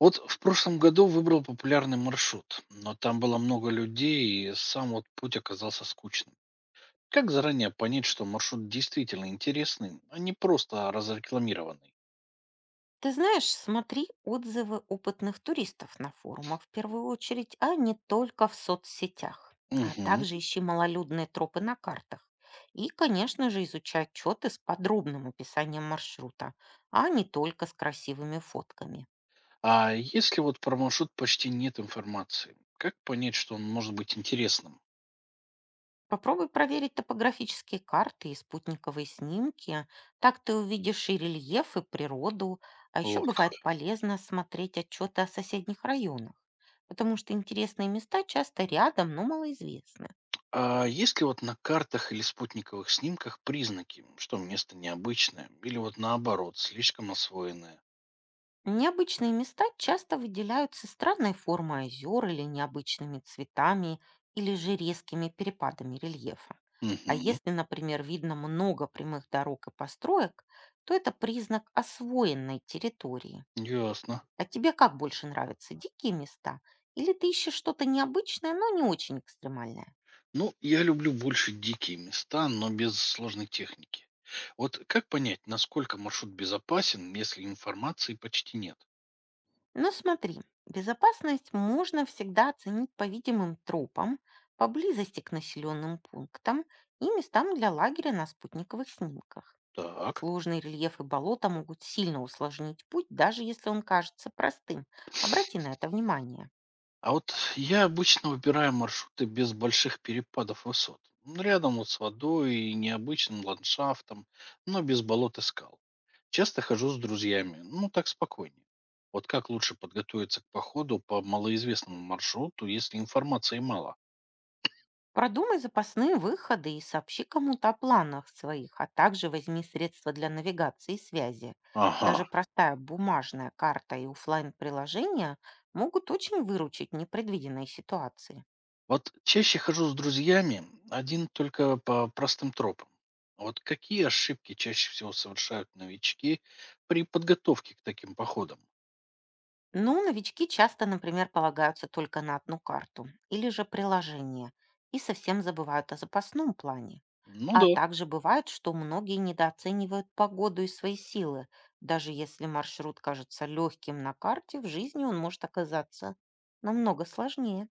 Вот в прошлом году выбрал популярный маршрут, но там было много людей, и сам вот путь оказался скучным. Как заранее понять, что маршрут действительно интересный, а не просто разрекламированный? Ты знаешь, смотри отзывы опытных туристов на форумах в первую очередь, а не только в соцсетях. А Мгм. также ищи малолюдные тропы на картах. И, конечно же, изучай отчеты с подробным описанием маршрута, а не только с красивыми фотками. А если вот про маршрут почти нет информации, как понять, что он может быть интересным? Попробуй проверить топографические карты и спутниковые снимки. Так ты увидишь и рельеф, и природу. А еще Вот как. бывает полезно смотреть отчеты о соседних районах, потому что интересные места часто рядом, но малоизвестны. А есть ли вот на картах или спутниковых снимках признаки, что место необычное, или вот наоборот, слишком освоенное? Необычные места часто выделяются странной формой озер или необычными цветами или же резкими перепадами рельефа. А Угу. если, например, видно много прямых дорог и построек, то это признак освоенной территории. Ясно. А тебе как больше нравятся, дикие места? Или ты ищешь что-то необычное, но не очень экстремальное? Ну, я люблю больше дикие места, но без сложной техники. Вот как понять, насколько маршрут безопасен, если информации почти нет? Но смотри, безопасность можно всегда оценить по видимым тропам, поблизости к населенным пунктам и местам для лагеря на спутниковых снимках. Так. Сложный рельеф и болота могут сильно усложнить путь, даже если он кажется простым. Обрати на это внимание. А вот я обычно выбираю маршруты без больших перепадов высот. Рядом вот с водой и необычным ландшафтом, но без болот и скал. Часто хожу с друзьями, ну так спокойнее. Вот как лучше подготовиться к походу по малоизвестному маршруту, если информации мало? Продумай запасные выходы и сообщи кому-то о планах своих, а также возьми средства для навигации и связи. Ага. Даже простая бумажная карта и оффлайн приложения могут очень выручить в непредвиденной ситуации. Вот чаще хожу с друзьями один только по простым тропам. Вот какие ошибки чаще всего совершают новички при подготовке к таким походам? Но новички часто, например, полагаются только на одну карту или же приложение и совсем забывают о запасном плане. Ну А да, также бывает, что многие недооценивают погоду и свои силы. Даже если маршрут кажется легким на карте, в жизни он может оказаться намного сложнее.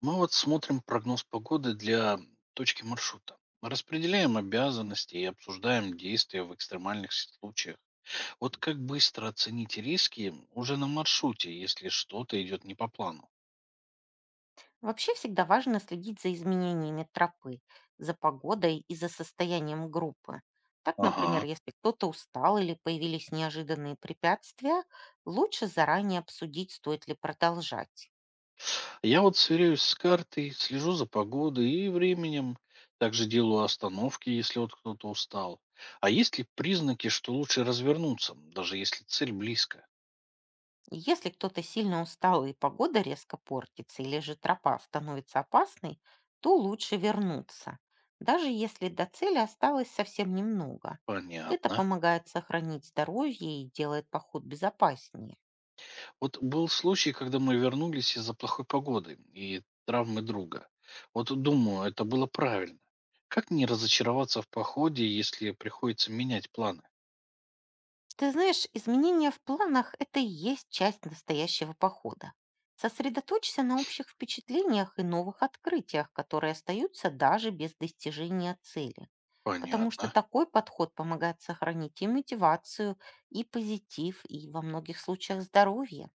мы вот смотрим прогноз погоды для точки маршрута. Распределяем обязанности и обсуждаем действия в экстремальных случаях. Вот как быстро оценить риски уже на маршруте, если что-то идет не по плану? Вообще всегда важно следить за изменениями тропы, за погодой и за состоянием группы. Так, Ага. например, если кто-то устал или появились неожиданные препятствия, лучше заранее обсудить, стоит ли продолжать. Я вот сверяюсь с картой, слежу за погодой и временем. Также делаю остановки, если вот кто-то устал. А есть ли признаки, что лучше развернуться, даже если цель близко? Если кто-то сильно устал и погода резко портится, или же тропа становится опасной, то лучше вернуться, даже если до цели осталось совсем немного. Это Понятно. помогает сохранить здоровье и делает поход безопаснее. Вот был случай, когда мы вернулись из-за плохой погоды и травмы друга. Вот думаю, это было правильно. Как не разочароваться в походе, если приходится менять планы? Ты знаешь, изменения в планах — это и есть часть настоящего похода. Сосредоточься на общих впечатлениях и новых открытиях, которые остаются даже без достижения цели. Потому что Понятно. такой подход помогает сохранить и мотивацию, и позитив, и во многих случаях здоровье.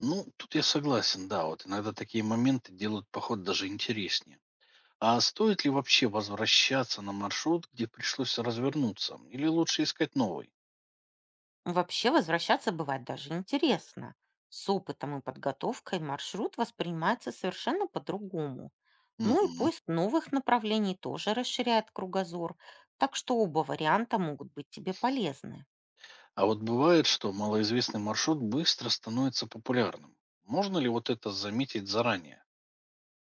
Ну, тут я согласен, да, вот иногда такие моменты делают поход даже интереснее. А стоит ли вообще возвращаться на маршрут, где пришлось развернуться, или лучше искать новый? Вообще возвращаться бывает даже интересно. С опытом и подготовкой маршрут воспринимается совершенно по-другому. Ну и Мгм. поиск новых направлений тоже расширяет кругозор, так что оба варианта могут быть тебе полезны. А вот бывает, что малоизвестный маршрут быстро становится популярным. Можно ли вот это заметить заранее?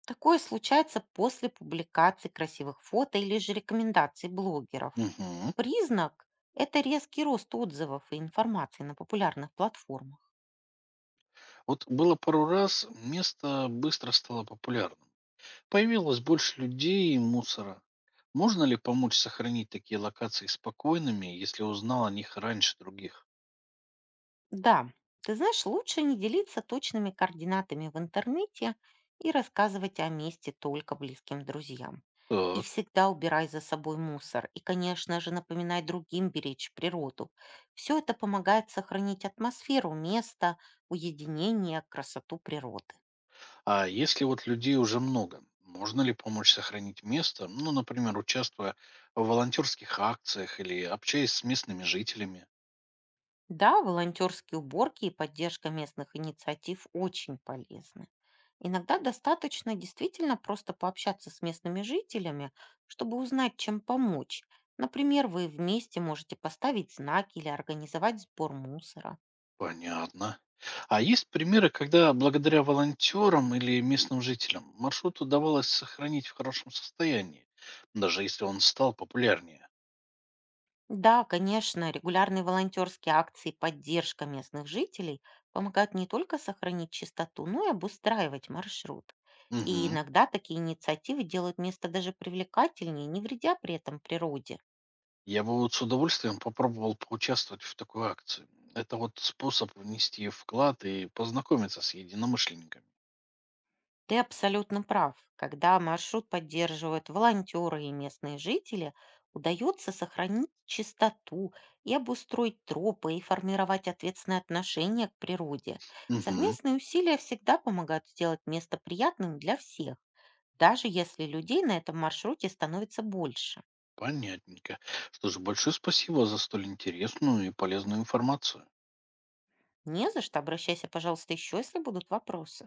Такое случается после публикации красивых фото или же рекомендаций блогеров. Мгм. Признак — это резкий рост отзывов и информации на популярных платформах. Вот было пару раз, место быстро стало популярным. Появилось больше людей и мусора. Можно ли помочь сохранить такие локации спокойными, если узнал о них раньше других? Да, ты знаешь, лучше не делиться точными координатами в интернете и рассказывать о месте только близким друзьям. И Так. всегда убирай за собой мусор. И, конечно же, напоминай другим беречь природу. Все это помогает сохранить атмосферу места, уединение, красоту природы. А если вот людей уже много, можно ли помочь сохранить место, ну, например, участвуя в волонтерских акциях или общаясь с местными жителями? Да, волонтерские уборки и поддержка местных инициатив очень полезны. Иногда достаточно действительно просто пообщаться с местными жителями, чтобы узнать, чем помочь. Например, вы вместе можете поставить знаки или организовать сбор мусора. Понятно. А есть примеры, когда благодаря волонтерам или местным жителям маршрут удавалось сохранить в хорошем состоянии, даже если он стал популярнее? Да, конечно, регулярные волонтерские акции и поддержка местных жителей помогают не только сохранить чистоту, но и обустраивать маршрут. И Мгм. иногда такие инициативы делают место даже привлекательнее, не вредя при этом природе. Я бы вот с удовольствием попробовал поучаствовать в такой акции. Это вот способ внести вклад и познакомиться с единомышленниками. Ты абсолютно прав. Когда маршрут поддерживают волонтеры и местные жители, удается сохранить чистоту и обустроить тропы и формировать ответственное отношение к природе. Мгм. Совместные усилия всегда помогают сделать место приятным для всех, даже если людей на этом маршруте становится больше. Понятненько. Что же, большое спасибо за столь интересную и полезную информацию. Не за что, обращайся, пожалуйста, еще, если будут вопросы.